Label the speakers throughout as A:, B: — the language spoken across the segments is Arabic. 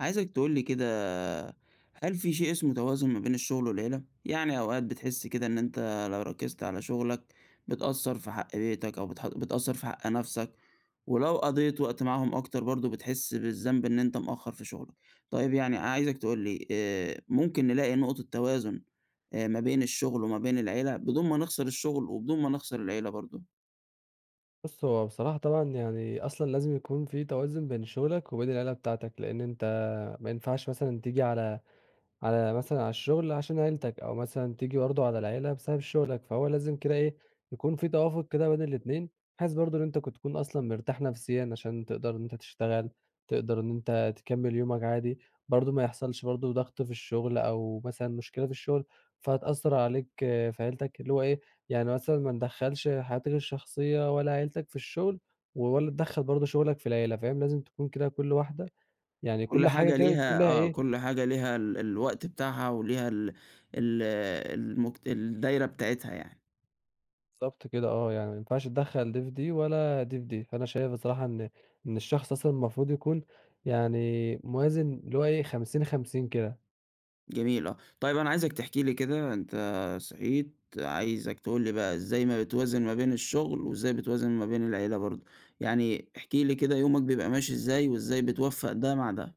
A: عايزك تقول لي كده، هل في شيء اسمه توازن ما بين الشغل والعيلة؟ يعني أوقات بتحس كده إن أنت لو ركزت على شغلك بتأثّر في حق بيتك أو بتأثّر في حق نَفْسك، ولو قضيت وقت معاهم أكتر برضه بتحس بالذنب إن أنت مأخّر في شغلك. طيب يعني عايزك تقول لي ممكن نلاقي نقطة توازن ما بين الشغل وما بين العيلة بدون ما نخسر الشغل وبدون ما نخسر العيلة برضه؟
B: بُص، هو بصراحة طبعًا يعني أصلًا لازم يكون في توازن بين شغلك وبين العيلة بتاعتك، لإن أنت ما ينفعش مثلًا تيجي على مثلًا على الشغل عشان عيلتك، أو مثلًا تيجي برضه على العيلة بسبب شغلك، فهو لازم كده إيه، يكون في توافق كده بين الاتنين، بحيث برضه إن أنت كنت تكون أصلًا مرتاح نفسيًا عشان تقدر إن أنت تشتغل، تقدر إن أنت تكمّل يومك عادي، برضه ما يحصلش برضه ضغط في الشغل أو مثلًا مشكلة في الشغل، فهتأثّر عليك آه، في عيلتك، اللي هو إيه، يعني مثلًا ما ندخّلش حياتك الشخصية ولا عيلتك في الشغل، ولا تدخّل برضه شغلك في العيلة، فاهم، لازم تكون كده كل واحدة يعني
A: كل
B: كل حاجة
A: حاجة
B: كده يكون
A: ليها
B: لها إيه.
A: كل حاجة ليها الوقت بتاعها وليها ال ال المجت الدايرة بتاعتها يعني.
B: بالضبط كده آه، يعني ما ينفعش تدخّل دي في دي ولا دي في دي، فأنا شايف بصراحة إن الشخص أصلًا المفروض يكون يعني موازن اللي هو إيه 50 50 كده.
A: جميل آه. طيب أنا عايزك تحكي لي كده أنت صحيت عايزك تقول لي بقى إزاي ما بتوازن ما بين الشغل وإزاي بتوازن ما بين العيلة برضه، يعني احكِ لي كده يومك بيبقى ماشي إزاي وإزاي بتوفّق ده مع ده؟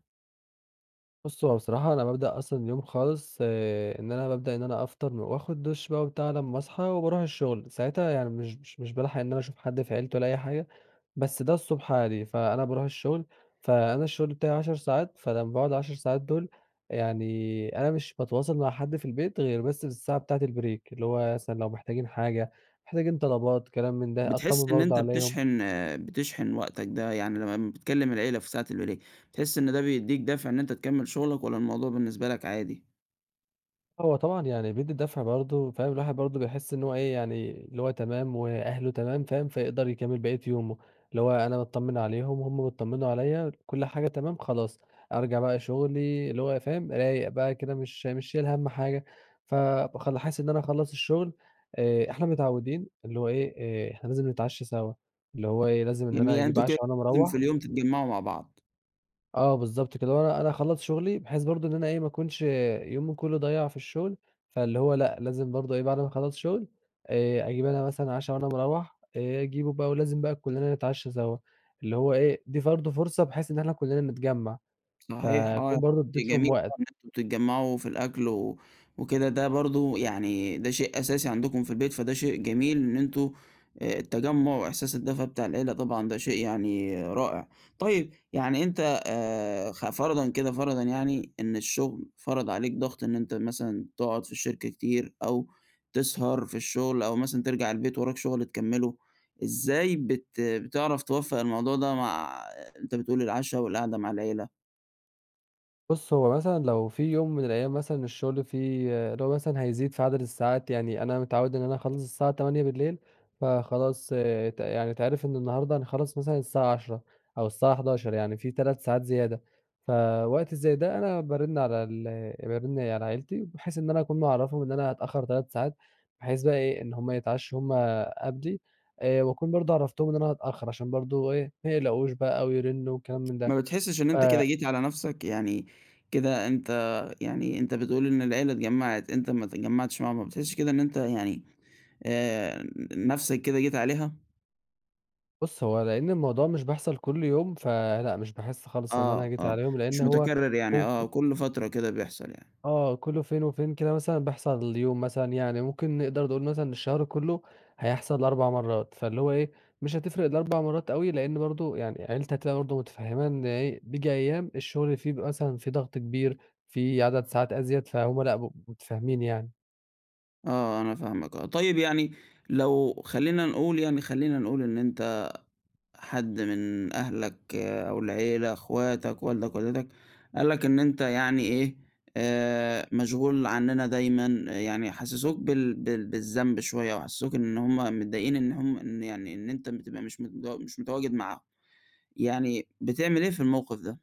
B: بُص، هو بصراحة أنا بابدأ أصلًا اليوم خالص إن أنا بابدأ إن أنا أفطر وآخد دُش بقى وبتاع لمّا أصحى وباروح الشغل، ساعتها يعني مش بالحق إن أنا أشوف حد في عيلتي ولا أي حاجة. بس ده الصبح عادي، فأنا باروح الشغل، فأنا الشغل بتاعي 10 ساعات، فلمّا باقعد ال10 ساعات دول، يعني أنا مش باتواصل مع حد في البيت غير بس في الساعة بتاعة البريك، اللي هو مثلًا لو محتاجين حاجة، محتاجين طلبات كلام من ده، أطمن
A: بتحس إن
B: برضه
A: أنت
B: عليهم.
A: بتشحن وقتك ده يعني لمّا بتكلم العيلة في ساعة البريك، بتحس إن ده بيدّيك دافع إن أنت تكمّل شغلك والّا الموضوع بالنسبة لك عادي؟
B: هو طبعًا يعني بيدّي دَفْع برضه فاهم، الواحد برضه بيحس إن هو إيه، يعني اللي هو تمام وأهله تمام فاهم، فيقدر يكمّل بقية يومه، اللي هو أنا متطمّن عليهم، هم متطمّنوا عليّا، كل حاجة تمام خلاص، أرجع بقى شُغلي اللي هو فاهم، رايق بقى كده مش شايل هَم حاجة، فبخل حاسس إن أنا أخلّص الشُغل. إحنا متعوّدين اللي هو إيه، إحنا لازم نتعشّى سوا، اللي هو إيه، لازم إن
A: جميل،
B: أنا
A: يعني
B: أجيب
A: أنتم كده
B: عَشا وأنا
A: لازم في
B: مروّح.
A: اليوم تتجمعوا مع بعض.
B: آه بالضبط كده، وأنا أخلّص شغلي بحيث برضه إن أنا إيه، ما أكونش يومي كُلّه ضايع في الشغل، فاللي هو لأ، لازم برضه إيه، بعد ما أخلّص شغل أجيب أنا مثلًا عَشا وأنا مروّح، أجيبه بقى ولازم بقى كُلّنا نتعشّى سوا، اللي هو إيه، دي برضه فرصة بحيث إن إحنا كُلّنا نتجمّع،
A: صحيح آه.
B: فأكون برضه
A: شيء
B: ادّيت لهم
A: جميل إن
B: وقت.
A: أنتم بتتجمعوا في الأكل وكده، ده برضه يعني ده شيء أساسي عندكم في البيت، فده شيء جميل إن أنتم التجمُّع وإحساس الدفى بتاع العيلة طبعًا ده شيء يعني رائع. طيب يعني أنت خ فرضًا كده فرضًا يعني إن الشغل فرض عليك ضغط إن أنت مثلًا تقعد في الشركة كتير أو تسهر في الشغل أو مثلًا ترجع البيت وراك شغل تكمّله، إزاي بتعرف توفّق الموضوع ده مع أنت بتقول العشا والقعدة مع العيلة؟
B: بُص، هو مثلًا لو في يوم من الأيام مثلًا الشغل فيه اللي هو مثلًا هيزيد في عدد الساعات، يعني أنا متعوّد إن أنا أخلّص الساعة 20:00، فخلاص ت يعني اتعرف إن النهارده هنخلّص مثلًا الساعة 22:00 أو الساعة 23:00، يعني في 3 ساعات زيادة، فوقت زي ده أنا بارِن على عيلتي بحيث إن أنا أكون معرّفهم إن أنا هاتأخّر 3 ساعات، بحيث بقى إيه، إن هم يتعشّوا هم قبلي، وأكون برضه عرّفتهم إن أنا هاتأخّر عشان برضه إيه، ما يقلقوش بقى ويرنّوا وكلام من ده.
A: ما بتحسّش إن
B: ف
A: أنت كده جيت على نَفْسك؟ يعني كده أنت يعني أنت بتقول إن العيلة اتجمّعت، أنت ما اتجمّعتش معاهم، ما بتحسّش كده إن أنت يعني آآ نَفْسك كده جيت عليها؟
B: بُص، هو لإن الموضوع مش بيحصل كل يوم، فلأ مش باحس خالص إن أنا
A: آه،
B: جيت
A: آه،
B: عليهم،
A: مش
B: لإن هو
A: مُتكرّر يعني
B: ممكن،
A: كل فترة كده بيحصل يعني.
B: آه، كل فين وفين كده مثلًا بيحصل يوم مثلًا يعني ممكن نقدر نقول مثلًا الشهر كله هيحصل 4 مرّات، فاللي هو إيه، مش هتفرق ال4 مرّات أوي، لإن برضه يعني عيلتي هتبقى برضه متفهمة إن إيه، بييجي أيام الشغل فيه بيبقى مثلًا في ضغط كبير، في عدد ساعات أزيد، فهُم لأ ب متفاهمين يعني.
A: آه، أنا فاهمك آه. طيب يعني لو خلّينا نقول إن أنت حد من أهلك أو العيلة، أخواتك، والدك، والدتك، قال لك إن أنت يعني إيه، مشغول عننا دايمًا، يعني حسّسوك بالذنب شوية، وحسّسوك إن هم متضايقين إن هم إن يعني إن أنت بتبقى مش متواجد معاهم، يعني بتعمل إيه في الموقف ده؟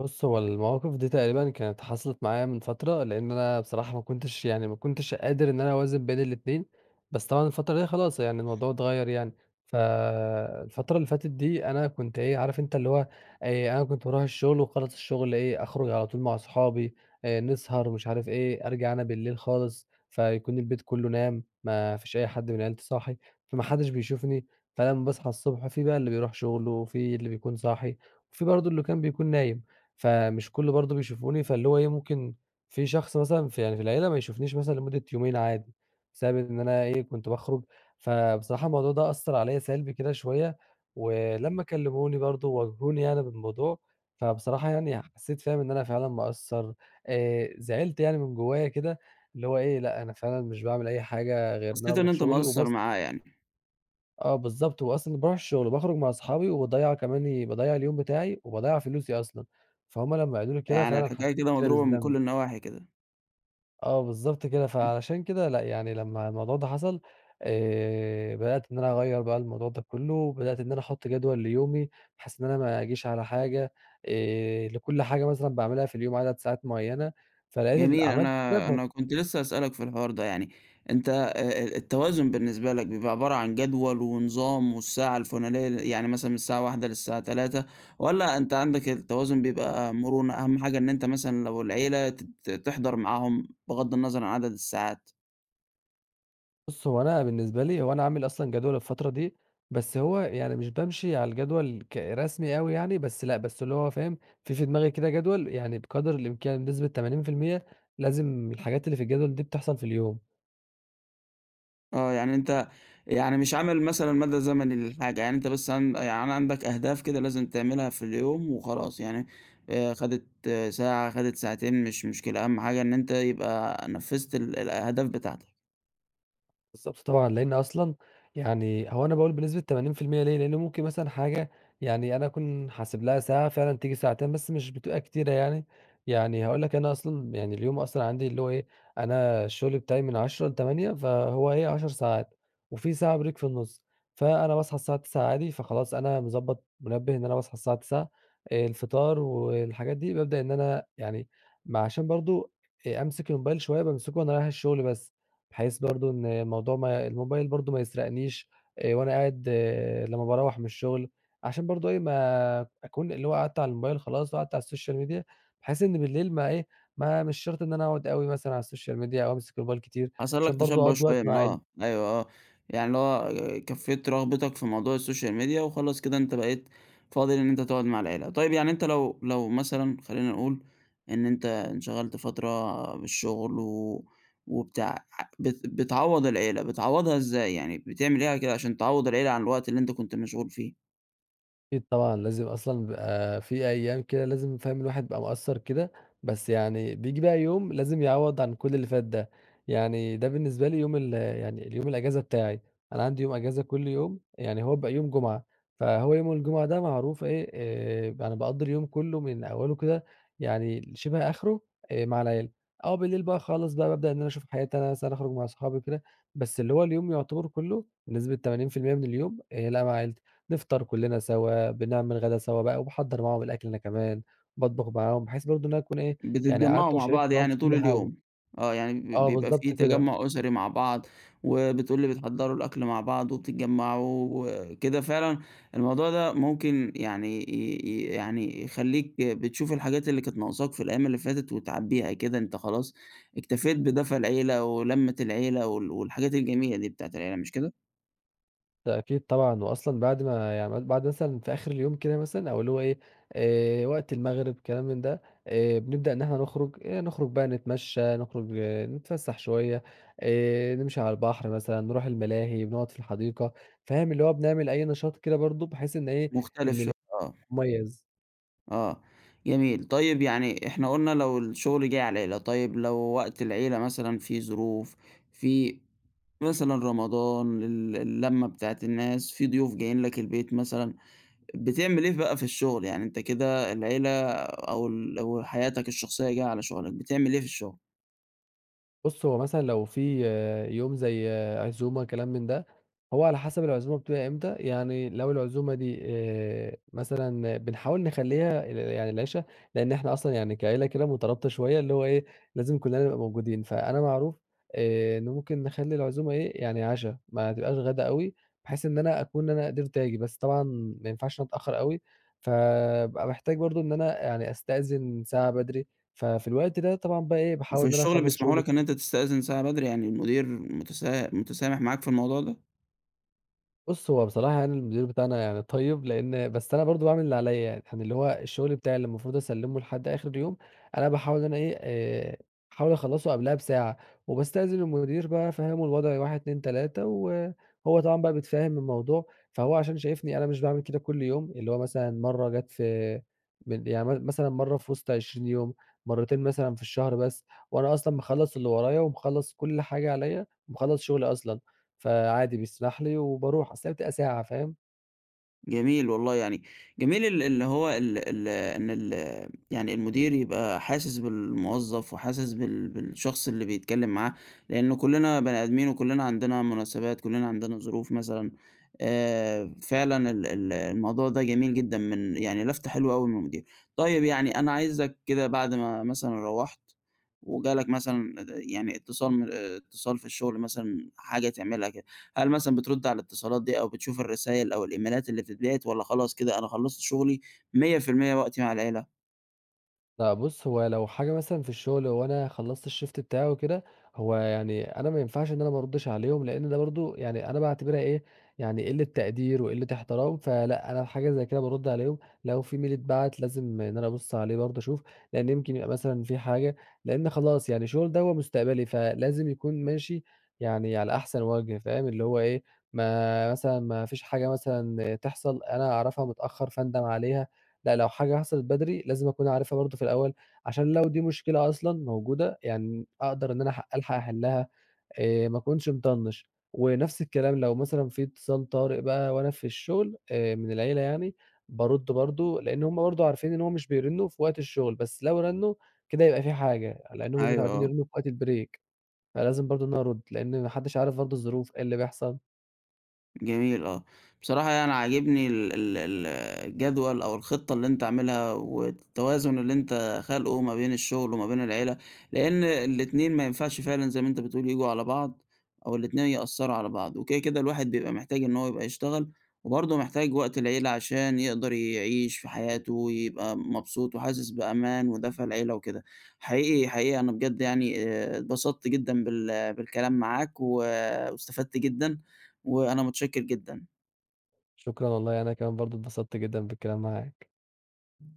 B: بُص، هو المواقف دي تقريبًا كانت حصلت معايا من فترة، لإن أنا بصراحة ما كنتش قادر إن أنا أوازن بين الاتنين، بس طبعًا الفترة دي خلاص يعني الموضوع اتغيّر يعني، فالفترة اللي فاتت دي أنا كنت إيه، عارف أنت اللي هو أنا كنت باروح الشغل وخلاص الشغل إيه، أخرج على طول مع أصحابي، نسهر مش عارف إيه، أرجع أنا بالليل خالص فيكون البيت كله نام، ما فيش أي حد من عيلتي صاحي، فما حدش بيشوفني، فلمّا باصحى الصبح في بقى اللي بيروح شغله، وفي اللي بيكون صاحي، وفي برضه اللي كان بيكون نايم. فمش كُلّه برضه بيشوفوني، فاللي هو إيه، ممكن في شخص مثلًا في يعني في العيلة ما يشوفنيش مثلًا لمدة يومين عادي، بسبب إن أنا إيه، كنت باخرج، فبصراحة الموضوع ده أثّر عليّا سلبي كده شوية، ولمّا كلّموني برضه وواجهوني يعني بالموضوع، فبصراحة يعني حسّيت فاهم إن أنا فعلًا مقصّر، زعلت يعني من جوّايا كده، اللي هو إيه، لأ أنا فعلًا مش باعمل أي حاجة غير إن أنا
A: حسّيت إن
B: باروح
A: أنت
B: شغلي
A: مقصّر
B: وبس.
A: معاه يعني،
B: آه بالضبط، وأصلًا باروح الشغل وباخرج مع أصحابي وباضيّع كمان باضيّع اليوم بتاعي وباضيّع فلوسي أصلًا، فهُم لمّا قالوا لي كده
A: يعني
B: فعلًا
A: الحكاية
B: حسّيت
A: كده
B: كده
A: مضروبة من
B: بالذنب.
A: كل النواحي كده.
B: آه بالضبط كده، فعلشان كده لأ، يعني لمّا الموضوع ده حصل، بدأت إن أنا أغيّر بقى الموضوع ده كلّه، وبدأت إن أنا أحط جدول ليومي بحيث إن أنا ما أجيش على حاجة، لكل حاجة مثلًا باعملها في اليوم عدد ساعات معيّنة، فلقيت ال
A: جميل،
B: عملت كده.
A: أنا أنا كنت لسه هاسألك في الحوار ده، يعني أنت التوازن بالنسبة لك بيبقى عبارة عن جدول ونظام والساعة الفلانية يعني مثلًا من الساعة 13:00 للساعة 15:00 والّا أنت عندك التوازن بيبقى مرونة، أهم حاجة إن أنت مثلًا لو العيلة ت ت تحضر معاهم بغض النظر عن عدد الساعات؟
B: بُص، هو أنا بالنسبة لي هو أنا عامل أصلًا جدول الفترة دي، بس هو يعني مش بامشي على الجدول كرسمي أوي يعني، بس لأ، بس اللي هو فاهم، في دماغي كده جدول يعني بقدر الإمكان بنسبة 80% لازم الحاجات اللي في الجدول دي بتحصل في اليوم.
A: آه، يعني أنت يعني مش عامل مثلًا مدى زمني للحاجة، يعني أنت بس عن يعني عندك أهداف كده لازم تعملها في اليوم وخلاص، يعني خدت ساعة، خدت ساعتين مش مشكلة، أهم حاجة إن أنت يبقى نفّذت الأهداف بتاعتك.
B: بالضبط طبعًا، لإن أصلًا يعني هو أنا باقول بنسبة 80% ليه؟ لإن ممكن مثلًا حاجة يعني أنا أكون حاسب لها ساعة فعلًا تيجي ساعتين، بس مش بتبقى كتيرة يعني، يعني هاقول لك أنا أصلًا يعني اليوم أصلًا عندي اللي هو إيه، أنا الشغل بتاعي من 10:00 ل20:00 فهو إيه 10 ساعات، وفي ساعة بريك في النُص، فأنا باصحى الساعة 09:00 عادي، فخلاص أنا مضبّط منبه إن أنا باصحى الساعة 09:00، الفطار والحاجات دي بابدأ إن أنا يعني ما عشان برضه أمسك الموبايل شوية بامسكه وأنا رايح الشغل بس. بحيث برضه إن الموضوع ما الموبايل برضه ما يسرقنيش وأنا قاعد آه، لمّا باروّح من الشغل، عشان برضه إيه، ما أكون اللي هو قعدت على الموبايل خلاص وقعدت على السوشيال ميديا، بحيث إن بالليل ما إيه، ما مش شرط إن أنا أقعد أوي مثلًا على السوشيال ميديا أو أمسك الموبايل كتير،
A: حصل لك
B: عشان برضه
A: تشبُّع
B: أقضّي وقت
A: شوية
B: مع
A: من
B: عيلتي.
A: أيوه آه. يعني اللي هو كفّيت رغبتك في موضوع السوشيال ميديا وخلاص كده أنت بقيت فاضي إن أنت تقعد مع العيلة، طيب يعني أنت لو مثلًا خلّينا نقول إن أنت انشغلت فترة بالشغل وبتاع بتعوّض العيلة، بتعوّضها إزاي، يعني بتعمل إيه كده عشان تعوّض العيلة عن الوقت اللي أنت كنت مشغول فيه؟
B: أكيد طبعًا، لازم أصلًا بيبقى في أيام كده لازم فاهم الواحد بيبقى مقصّر كده، بس يعني بييجي بقى يوم لازم يعوّض عن كل اللي فات ده، يعني ده بالنسبة لي يوم ال يعني اليوم الأجازة بتاعي، أنا عندي يوم أجازة كل يوم، يعني هو بيبقى يوم جمعة، فهو يوم الجمعة ده معروف إيه، أنا باقضّي اليوم كله من أوله كده يعني شِبه آخره، مع العيلة، آه بالليل بقى خالص بقى بابدأ إن أنا أشوف حياتي أنا مثلًا أخرج مع أصحابي وكده، بس اللي هو اليوم يعتبر كله بنسبة 80% من اليوم لأ مع عيلتي. نفطر كلّنا سوا، بنعمل غدا سوا بقى وباحضّر معاهم الأكل أنا كمان، باطبخ معاهم بحيث برضه إن أنا أكون إيه، يعني
A: بتتجمعوا
B: قعدت
A: مع
B: وشاركت
A: بعض
B: معاهم
A: يعني
B: في
A: طول
B: كل حاجة.
A: اليوم. آه، يعني ب
B: آه
A: بيبقى في
B: بالضبط كده،
A: تجمُّع أسري مع بعض، وبتقول لي بتحضّروا الأكل مع بعض وبتتجمّعوا وكده فعلًا الموضوع ده ممكن يعني ي ي يعني يخلّيك بتشوف الحاجات اللي كانت ناقصاك في الأيام اللي فاتت وتعبّيها كده، أنت خلاص اكتفيت بدفى العيلة ولمّة العيلة والحاجات الجميلة دي بتاعة العيلة مش كده؟
B: ده أكيد طبعًا، وأصلًا بعد ما يعني بعد مثلًا في آخر اليوم كده مثلًا أو اللي هو إيه، وقت المغرب كلام من ده، بنبدأ إن إحنا نخرج، نخرج بقى نتمشّى، نخرج نتفسّح شوية، نمشي على البحر مثلًا، نروح الملاهي، بنقعد في الحديقة، فاهم؟ اللي هو بنعمل أي نشاط كده برضه بحيث إن إيه، إن
A: مختلف شوية،
B: اليوم
A: آه.
B: مُميّز.
A: آه، جميل. طيب يعني إحنا قُلنا لو الشغل جِه على العيلة، طيب لو وقت العيلة مثلًا في ظروف، في مثلًا رمضان، اللمة بتاعة الناس، في ضيوف جايين لك البيت مثلًا، بتعمل إيه بقى في الشغل؟ يعني أنت كده العيلة أو حياتك الشخصية جاية على شغلك، بتعمل إيه في الشغل؟
B: بُص، هو مثلًا لو في آه، يوم زي آه، عزومة كلام من ده، هو على حسب العزومة بتبقى إمتى، يعني لو العزومة دي مثلًا بنحاول نخلّيها ال يعني العِشا، لإن إحنا أصلًا يعني كعيلة كده مترابطة شوية، اللي هو إيه، لازم كُلّنا نبقى موجودين، فأنا معروف إن ممكن نخلّي العزومة إيه، يعني عَشا، ما تبقاش غدا أوي، بحيث إن أنا أكون قدرت آجي، بس طبعًا ما ينفعش إن أنا أتأخّر أوي، فابقى محتاج برضه إن أنا يعني أستأذن ساعة بدري، ففي الوقت ده طبعًا بقى إيه،
A: وفي
B: باحاول إن أنا
A: الشغل
B: أخلّص
A: بيسمحوا
B: شُغلي.
A: لك إن أنت تستأذن ساعة بدري، يعني المدير متسامح معاك في الموضوع ده؟
B: بُص، هو بصراحة يعني المدير بتاعنا يعني طيب، لإن بس أنا برضه باعمل اللي عليّا يعني، يعني اللي هو الشغل بتاعي اللي المفروض أسلِّمه لحد آخر اليوم، أنا باحاول إن أنا إيه، أحاول أخلّصه قبلها بساعة، وباستأذن المدير بقى أفهّمه الوضع 1، 2، 3 وهو طبعًا بقى بيتفهّم الموضوع، فهو عشان شايفني أنا مش باعمل كده كل يوم، اللي هو مثلًا مرّة جات في من يعني م مثلًا مرّة في وسط 20 يوم، مرّتين مثلًا في الشهر بس، وأنا أصلًا مخلّص اللي ورايا ومخلّص كل حاجة عليّا ومخلّص شغلي أصلًا. فعادي بيسمح لي وباروح، أصل هي بتبقى ساعة فاهم؟
A: جميل والله يعني جميل ال اللي هو ال ال إن ال يعني المدير يبقى حاسس بالموظف وحاسس بالشخص اللي بيتكلّم معاه، لإن كُلّنا بني آدمين وكُلّنا عندنا مناسبات، كُلّنا عندنا ظروف مثلًا، فعلًا ال ال الموضوع ده جميل جدًا من يعني لفتة حلوة أوي من المدير. طيب يعني أنا عايزك كده بعد ما مثلًا روّحت وجالك مثلًا يعني اتصال من آه، اتصال في الشغل مثلًا حاجة تعملها كده هل مثلًا بترُد على الاتصالات دي أو بتشوف الرسايل أو الإيميلات اللي بتتبعت والّا خلاص كده أنا خلّصت شغلي 100% وقتي مع العيلة؟
B: لأ بُص، هو لو حاجة مثلًا في الشغل وأنا خلّصت الshift بتاعي وكده، هو يعني أنا ما ينفعش إن أنا ما أردّش عليهم، لإن ده برضه يعني أنا باعتبرها إيه، يعني قِلّة تقدير وقِلّة احترام، فلأ، أنا حاجة زي كده بارُد عليهم، لو في mail اتبعت لازم إن أنا أبُص عليه برضه أشوف، لإن يمكن يبقى مثلًا في حاجة، لإن خلاص يعني الشغل ده هو مستقبلي، فلازم يكون ماشي يعني على أحسن وَجْه فاهم، اللي هو إيه، ما فيش حاجة مثلًا تحصل أنا أعرفها متأخّر فاندم عليها. لأ، لو حاجة حصلت بدري لازم أكون عارفها برضه في الأول، عشان لو دي مشكلة أصلًا موجودة، يعني أقدر إن أنا ألحق أحلها، ما أكونش مطنّش. ونفس الكلام لو مثلًا في اتصال طارئ بقى وأنا في الشغل من العيلة يعني، بارُد برضه، لإن هم برضه عارفين إن هو مش بيرنّوا في وقت الشغل، بس لو رنّوا كده يبقى في حاجة، لإن هم
A: أيوه،
B: متعودين
A: آه.
B: يرنّوا في وقت البريك، فلازم برضه إن أنا أرُد، لإن ما حدّش عارف برضه الظروف، إيه اللي بيحصل.
A: جميل آه. بصراحة يعني عاجبني ال ال ال الجدول أو الخطة اللي أنت عاملها والتوازن اللي أنت خالقه ما بين الشغل وما بين العيلة، لإن الاتنين ما ينفعش فعلًا زي ما أنت بتقول ييجوا على بعض أو الاتنين يأثّروا على بعض، وكده، كده الواحد بيبقى محتاج إن هو يبقى يشتغل وبرضه محتاج وقت العيلة عشان يقدر يعيش في حياته ويبقى مبسوط وحاسس بأمان ودفى العيلة وكده. حقيقي، حقيقي أنا بجد يعني اتبسطت جدًا بالكلام معاك واستفدت جدًا. وأنا متشكر جدًا.
B: شكرًا والله أنا كمان برضه اتبسطت جدًا بالكلام معاك.